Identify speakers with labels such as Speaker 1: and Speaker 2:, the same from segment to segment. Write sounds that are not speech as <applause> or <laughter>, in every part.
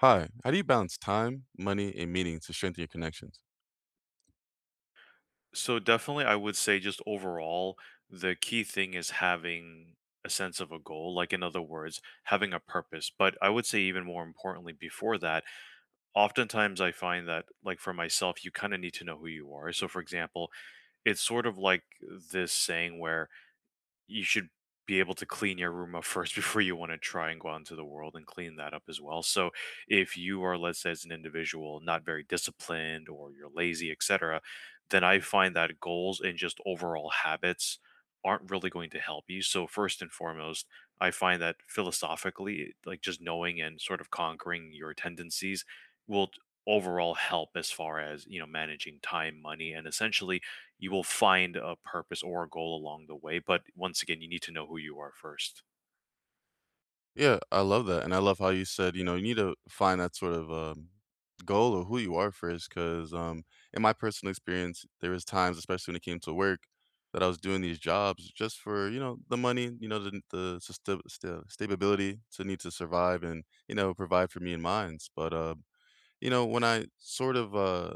Speaker 1: Hi, how do you balance time, money, and meaning to strengthen your connections?
Speaker 2: So definitely, I would say just overall, the key thing is having a sense of a goal. Like in other words, having a purpose. But I would say even more importantly, before that, oftentimes I find that like for myself, you kind of need to know who you are. So for example, it's sort of like this saying where you should be able to clean your room up first <laughs> before you want to try and go out into the world and clean that up as well. So if you are, let's say, as an individual, not very disciplined or you're lazy, etc., then I find that goals and just overall habits aren't really going to help you. So first and foremost, I find that philosophically, like just knowing and sort of conquering your tendencies will t- overall help as far as you know managing time money and essentially you will find a purpose or a goal along the way. But once again, you need to know who you are first.
Speaker 1: Yeah, I love that. And I love how you said, you know, you need to find that sort of goal or who you are first. Because in my personal experience, there was times, especially when it came to work, that I was doing these jobs just for, you know, the money, you know, the stability to need to survive and, you know, provide for me and mine. But, you know, when I sort of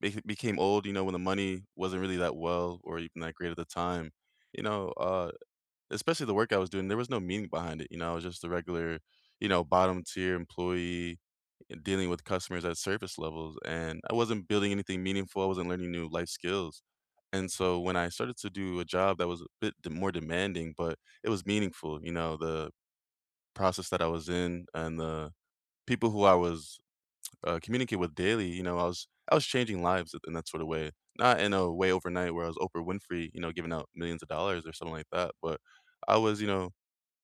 Speaker 1: became old, you know, when the money wasn't really that well or even that great at the time, you know, especially the work I was doing, there was no meaning behind it. You know, I was just a regular, you know, bottom tier employee and dealing with customers at surface levels, and I wasn't building anything meaningful, I wasn't learning new life skills, and so when I started to do a job that was a bit d more demanding, but it was meaningful, you know, the process that I was in and the people who I was, communicating with daily, you know, I was changing lives in that sort of way, not in a way overnight where I was Oprah Winfrey, you know, giving out millions of dollars or something like that, but I was, you know,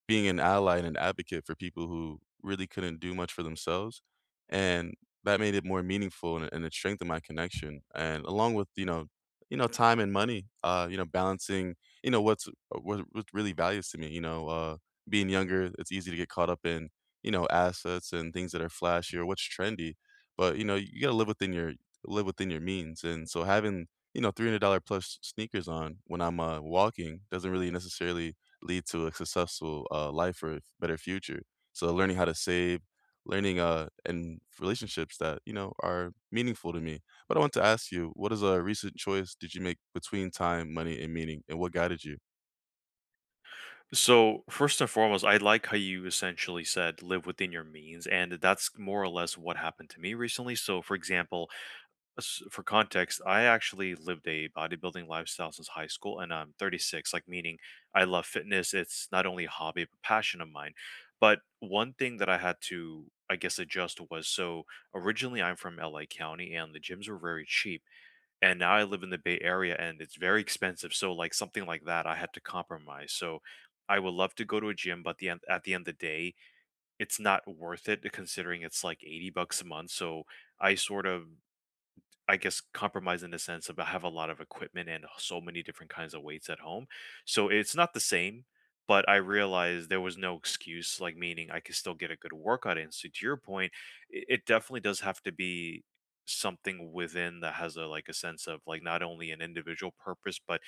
Speaker 1: being an ally and an advocate for people who really couldn't do much for themselves, and that made it more meaningful, and it strengthened my connection, and along with, you know, you know, time and money, you know, balancing, you know, what really values to me, you know, being younger, it's easy to get caught up in, you know, assets and things that are flashy or what's trendy, but, you know, you gotta live within your means, and so having, you know, $300 plus sneakers on when I'm, walking doesn't really necessarily lead to a successful life or a better future. So learning how to save, learning and relationships that you know are meaningful to me. But I want to ask you, what is a recent choice did you make between time, money, and meaning, and what guided you?
Speaker 2: So, first and foremost, I like how you essentially said live within your means. And that's more or less what happened to me recently. So, for example, for context, I actually lived a bodybuilding lifestyle since high school and I'm 36, like meaning I love fitness. It's not only a hobby, but passion of mine. But one thing that I had to, I guess, adjust was so originally I'm from LA County and the gyms were very cheap. And now I live in the Bay Area and it's very expensive. So like something like that, I had to compromise. So I would love to go to a gym, but at the end of the day, it's not worth it considering it's like 80 bucks a month. So I sort of I guess, compromise in the sense of I have a lot of equipment and so many different kinds of weights at home. So it's not the same, but I realized there was no excuse, like meaning I could still get a good workout in. So to your point, it definitely does have to be something within that has a like a sense of like not only an individual purpose, but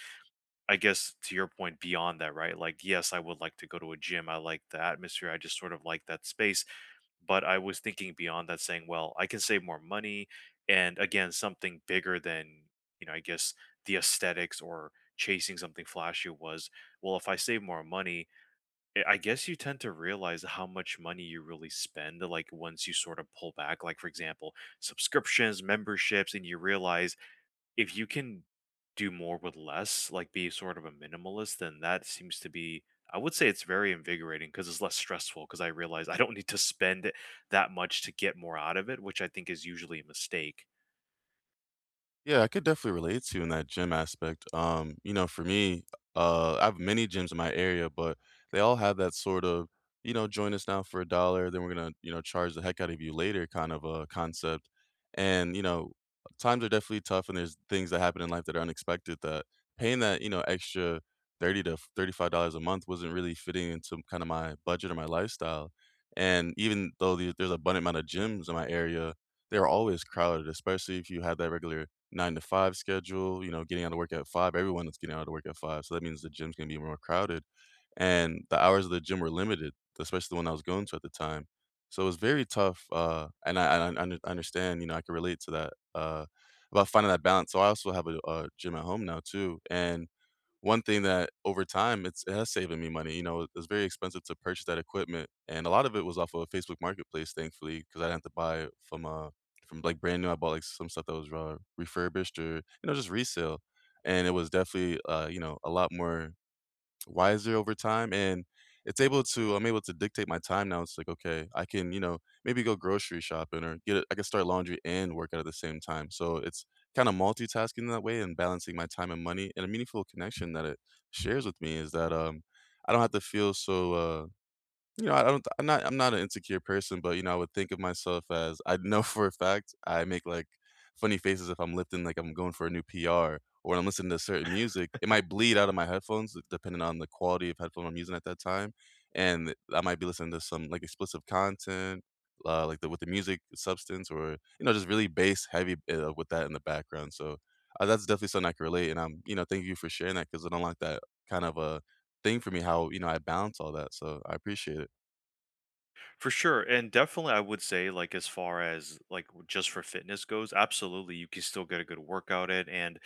Speaker 2: I guess to your point beyond that, right? Like, yes, I would like to go to a gym. I like the atmosphere. I just sort of like that space. But I was thinking beyond that saying, well, I can save more money and again, something bigger than, you know, I guess the aesthetics or chasing something flashy was, well, if I save more money, I guess you tend to realize how much money you really spend like once you sort of pull back, like for example, subscriptions, memberships, and you realize if you can do more with less, like be sort of a minimalist, then that seems to be I would say it's very invigorating because it's less stressful because I realize I don't need to spend that much to get more out of it, which I think is usually a mistake.
Speaker 1: Yeah, I could definitely relate to you in that gym aspect. You know, for me, I have many gyms in my area, but they all have that sort of, you know, join us now for a dollar, then we're gonna, you know, charge the heck out of you later kind of a concept. And, you know, times are definitely tough and there's things that happen in life that are unexpected that paying that, you know, extra 30 to $35 a month wasn't really fitting into kind of my budget or my lifestyle. And even though there's abundant amount of gyms in my area, they're always crowded, especially if you had that regular 9 to 5 schedule, you know, getting out of work at 5. Everyone is getting out of work at 5, so that means the gym's gonna be more crowded, and the hours of the gym were limited, especially the one I was going to at the time. So it was very tough, and I understand, you know, I can relate to that, about finding that balance. So I also have a gym at home now too, and one thing that over time it has saving me money. You know, it was very expensive to purchase that equipment, and a lot of it was off of Facebook Marketplace, thankfully, because I didn't have to buy from like brand new. I bought like some stuff that was refurbished or you know just resale, and it was definitely you know a lot more wiser over time, and it's able to I'm able to dictate my time now. It's like, okay, I can, you know, maybe go grocery shopping or get it I can start laundry and work out at the same time. So it's kind of multitasking that way and balancing my time and money, and a meaningful connection that it shares with me is that I don't have to feel so you know, I'm not an insecure person, but, you know, I would think of myself as I know <laughs> for a fact I make, like, funny faces if I'm lifting, like, I'm going for a new PR, or when I'm listening to certain music, it might bleed out of my headphones depending on the quality of headphone I'm using at that time, and I might be listening to some, like, explicit content, like, the with the music substance or, you know, just really bass heavy, with that in the background, so, that's definitely something I can relate, and I'm you know, thank you for sharing that because I don't like that kind of a thing for me how, you know, I balance all that, so I appreciate it.
Speaker 2: For sure. And definitely I would say like as far as like just for fitness goes, absolutely you can still get a good workout in and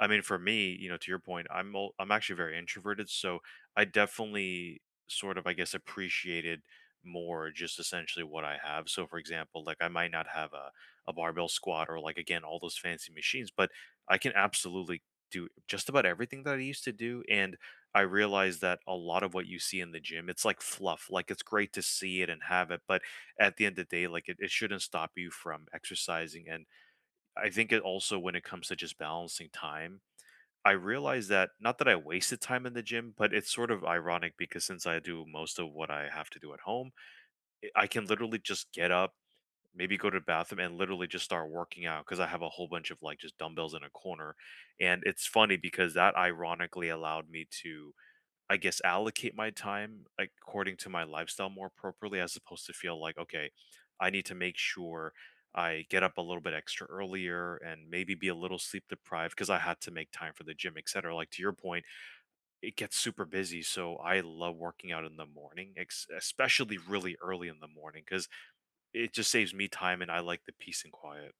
Speaker 2: I mean for me, you know, to your point, I'm actually very introverted, so I definitely sort of I guess appreciated more just essentially what I have. So for example, like I might not have a barbell squat or like again all those fancy machines, but I can absolutely do just about everything that I used to do and I realize that a lot of what you see in the gym, it's like fluff. Like it's great to see it and have it, but at the end of the day, like it shouldn't stop you from exercising. And I think it also when it comes to just balancing time, I realize that not that I wasted time in the gym, but it's sort of ironic because since I do most of what I have to do at home, I can literally just get up, maybe go to the bathroom and literally just start working out because I have a whole bunch of like just dumbbells in a corner. And it's funny because that ironically allowed me to I guess, allocate my time according to my lifestyle more appropriately as opposed to feel like, okay, I need to make sure I get up a little bit extra earlier and maybe be a little sleep deprived because I had to make time for the gym, etc. Like to your point, it gets super busy. So I love working out in the morning, especially really early in the morning because it just saves me time and I like the peace and quiet.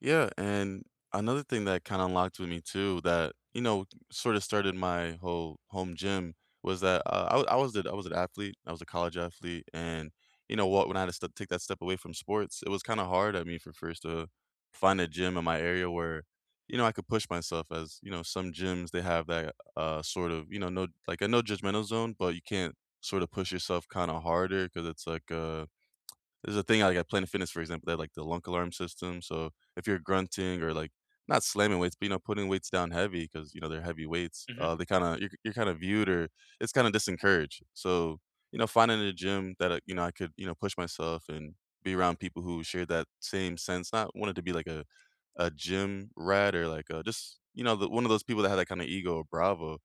Speaker 1: Yeah, and another thing that kind of unlocked with me too, that you know, sort of started my whole home gym was that I was I was an athlete, I was a college athlete, and you know what, when I had to take that step away from sports, it was kind of hard at me for first to find a gym in my area where you know I could push myself. As you know, some gyms they have that sort of you know no like a no judgmental zone, but you can't sort of push yourself kind of harder because it's like there's a thing like at Planet Fitness, for example, they had, like, the lunk alarm system, so if you're grunting or, like, not slamming weights, but, you know, putting weights down heavy, because you know, they're heavy weights,
Speaker 2: Hmm.
Speaker 1: they kinda you're kinda viewed or it's kinda disencouraged. So, you know, finding a gym that, you know, I could, you know, push myself and be around people who share that same sense, not wanted to be like a gym rat or like, just, you know, the one of those people that had that kinda ego or bravo.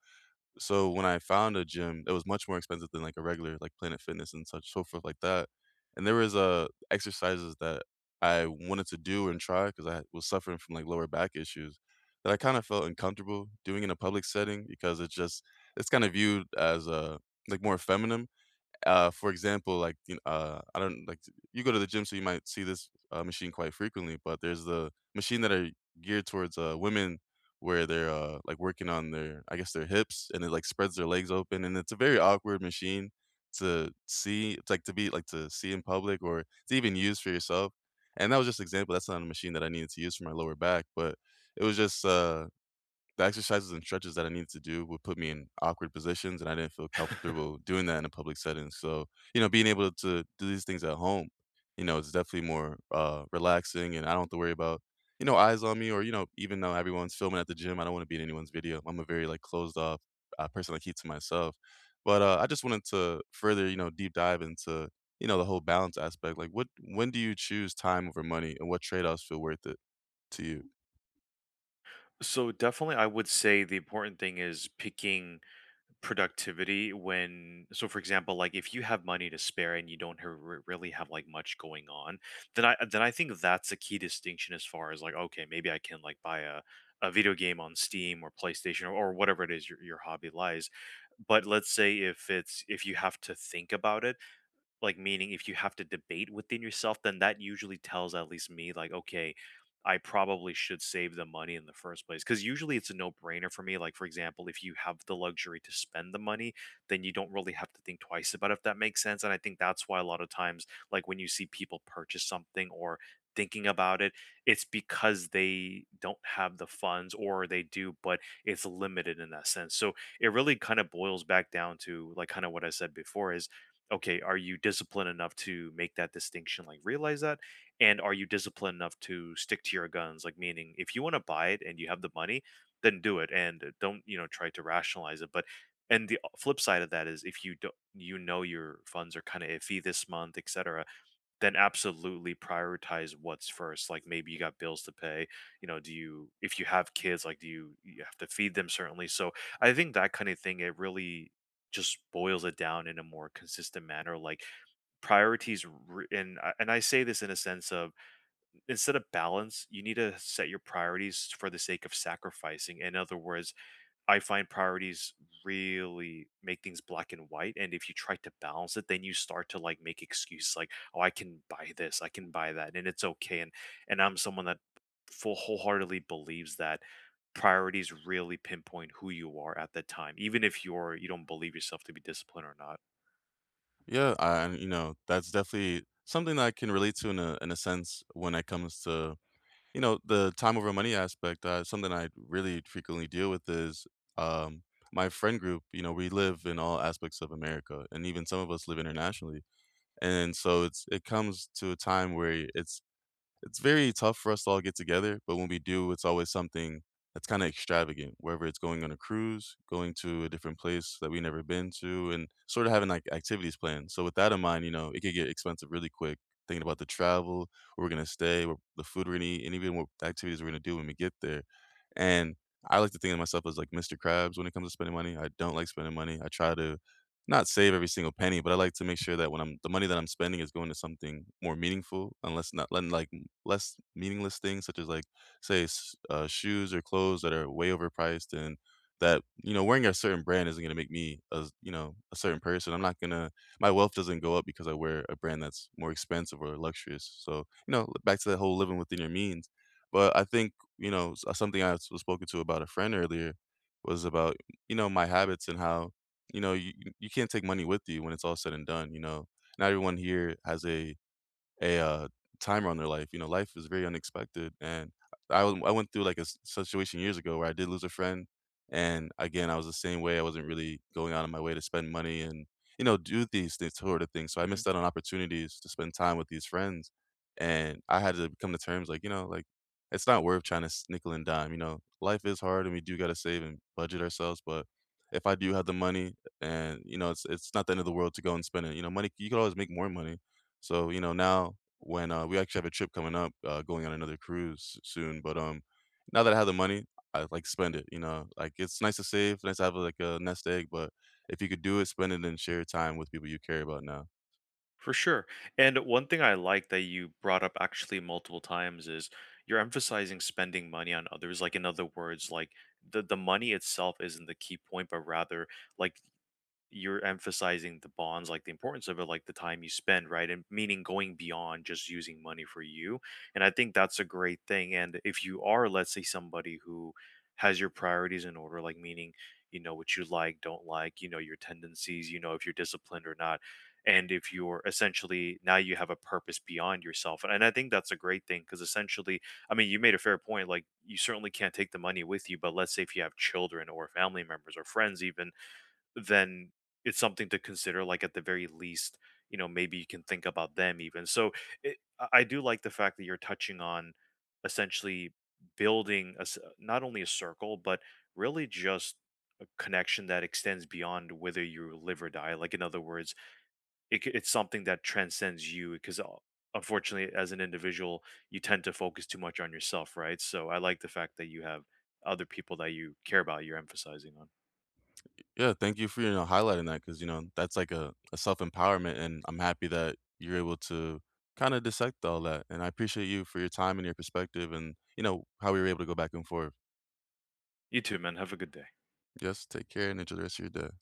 Speaker 1: So when I found a gym, it was much more expensive than, like, a regular, like, Planet Fitness and such, so forth like that, and there was, exercises that I wanted to do and try because I was suffering from, like, lower back issues that I kinda felt uncomfortable doing in a public setting because it's just it's kinda viewed as, like, more feminine. For example, like, you know, I don't like you go to the gym, so you might see this, machine quite frequently, but there's the machine that are geared towards, women where they're, like, working on their I guess, their hips, and it, like, spreads their legs open, and it's a very awkward machine to see it's like, to see in public or to even use for yourself, and that was just an example, that's not a machine that I needed to use for my lower back, but it was just, the exercises and stretches that I needed to do would put me in awkward positions, and I didn't feel comfortable doing that in a public setting. So, you know, being able to do these things at home, you know, it's definitely more relaxing, and I don't have to worry about, you know, eyes on me, or you know, even though everyone's filming at the gym, I don't want to be in anyone's video. I'm a very like closed off person. I keep to myself. But I just wanted to further, you know, deep dive into you know the whole balance aspect. Like, what when do you choose time over money, and what trade offs feel worth it to you?
Speaker 2: So definitely, I would say the important thing is picking productivity when so for example like if you have money to spare and you don't have, really have like much going on then I think that's a key distinction as far as like okay maybe I can like buy a video game on Steam or PlayStation or whatever it is your hobby lies but let's say if it's if you have to think about it like, meaning if you have to debate within yourself, then that usually tells at least me, like, okay, I probably should save the money in the first place. Because usually it's a no brainer for me. Like, for example, if you have the luxury to spend the money, then you don't really have to think twice about it, if that makes sense. And I think that's why a lot of times, like, when you see people purchase something or thinking about it, it's because they don't have the funds or they do, but it's limited in that sense. So it really kind of boils back down to, like, kind of what I said before is okay, are you disciplined enough to make that distinction, like realize that? And are you disciplined enough to stick to your guns? Like, meaning if you want to buy it and you have the money, then do it and don't, you know, try to rationalize it. But, and the flip side of that is if you don't, you know, your funds are kind of iffy this month, etc., then absolutely prioritize what's first. Like maybe you got bills to pay. You know, do you if you have kids, like do you have to feed them certainly. So I think that kind of thing it really just boils it down in a more consistent manner. Like priorities, and I say this in a sense of instead of balance, you need to set your priorities for the sake of sacrificing. In other words, I find priorities really make things black and white, and if you try to balance it, then you start to, like, make excuses like, "Oh, I can buy this, I can buy that, and it's okay," and I'm someone that full wholeheartedly believes that priorities really pinpoint who you are at the time, even if you don't believe yourself to be disciplined or not.
Speaker 1: You know, that's definitely something that I can relate to in a sense when it comes to, you know, the time over money aspect. Something I really frequently deal with is um my friend group, you know, we live in all aspects of America and even some of us live internationally. And so it comes to a time where it's very tough for us to all get together, but when we do, it's always something that's kind of extravagant, whether it's going on a cruise, going to a different place that we never been to, and sort of having like activities planned. So with that in mind, you know, it could get expensive really quick. Thinking about the travel, where we're gonna stay, the food we're gonna eat, and even what activities we're gonna do when we get there. And I like to think of myself as like Mr. Krabs when it comes to spending money. I don't like spending money. I try to not save every single penny, but I like to make sure that when I'm the money that I'm spending is going to something more meaningful, unless not letting like less meaningless things such as like shoes or clothes that are way overpriced, and that you know wearing a certain brand isn't going to make me a you know a certain person. I'm not going to, my wealth doesn't go up because I wear a brand that's more expensive or luxurious, so you know back to that whole living within your means. But I think, you know, something I was spoken to about a friend earlier was about you know my habits, and how you know you can't take money with you when it's all said and done, you know not everyone here has a a, uh, timer on their life, you know, life is very unexpected, and I went through, like, a s situation years ago where I did lose a friend, and, again, I was the same way, I wasn't really going out of my way to spend money and, you know, do these things sort of things, so I missed out on opportunities to spend time with these friends, and I had to come to terms, like, you know, like, it's not worth trying to s nickel and dime, you know? Life is hard, and we do gotta save and budget ourselves, but if I do have the money and, you know, it's not the end of the world to go and spend it, you know? Money, you could always make more money. So, you know, now when, we actually have a trip coming up, going on another cruise s soon, but, now that I have the money, I'd like to spend it, you know? Like, it's nice to save, nice to have, like, a nest egg, but if you could do it, spend it and share your time with people you care about now.
Speaker 2: For sure. And one thing I like that you brought up actually multiple times is you're emphasizing spending money on others. Like in other words, like the money itself isn't the key point, but rather like you're emphasizing the bonds, like the importance of it, like the time you spend, right? And meaning going beyond just using money for you. And I think that's a great thing. And if you are, let's say, somebody who has your priorities in order, like meaning, you know, what you like, don't like, you know, your tendencies, you know, if you're disciplined or not. And if you're essentially now you have a purpose beyond yourself. And I think that's a great thing because essentially, I mean, you made a fair point. Like, you certainly can't take the money with you, but let's say if you have children or family members or friends, even then it's something to consider like at the very least you know maybe you can think about them even so it, I do like the fact that you're touching on essentially building not only a circle but really just a connection that extends beyond whether you live or die like in other words it's something that transcends you because unfortunately as an individual you tend to focus too much on yourself right so I like the fact that you have other people that you care about you're emphasizing on.
Speaker 1: Yeah, thank you for, you know, highlighting that because you know, that's like a self-empowerment, and I'm happy that you're able to kinda dissect all that, and I appreciate you for your time and your perspective, and, you know, how we were able to go back and forth.
Speaker 2: You too man, have a good day.
Speaker 1: Yes, take care and enjoy the rest of your day.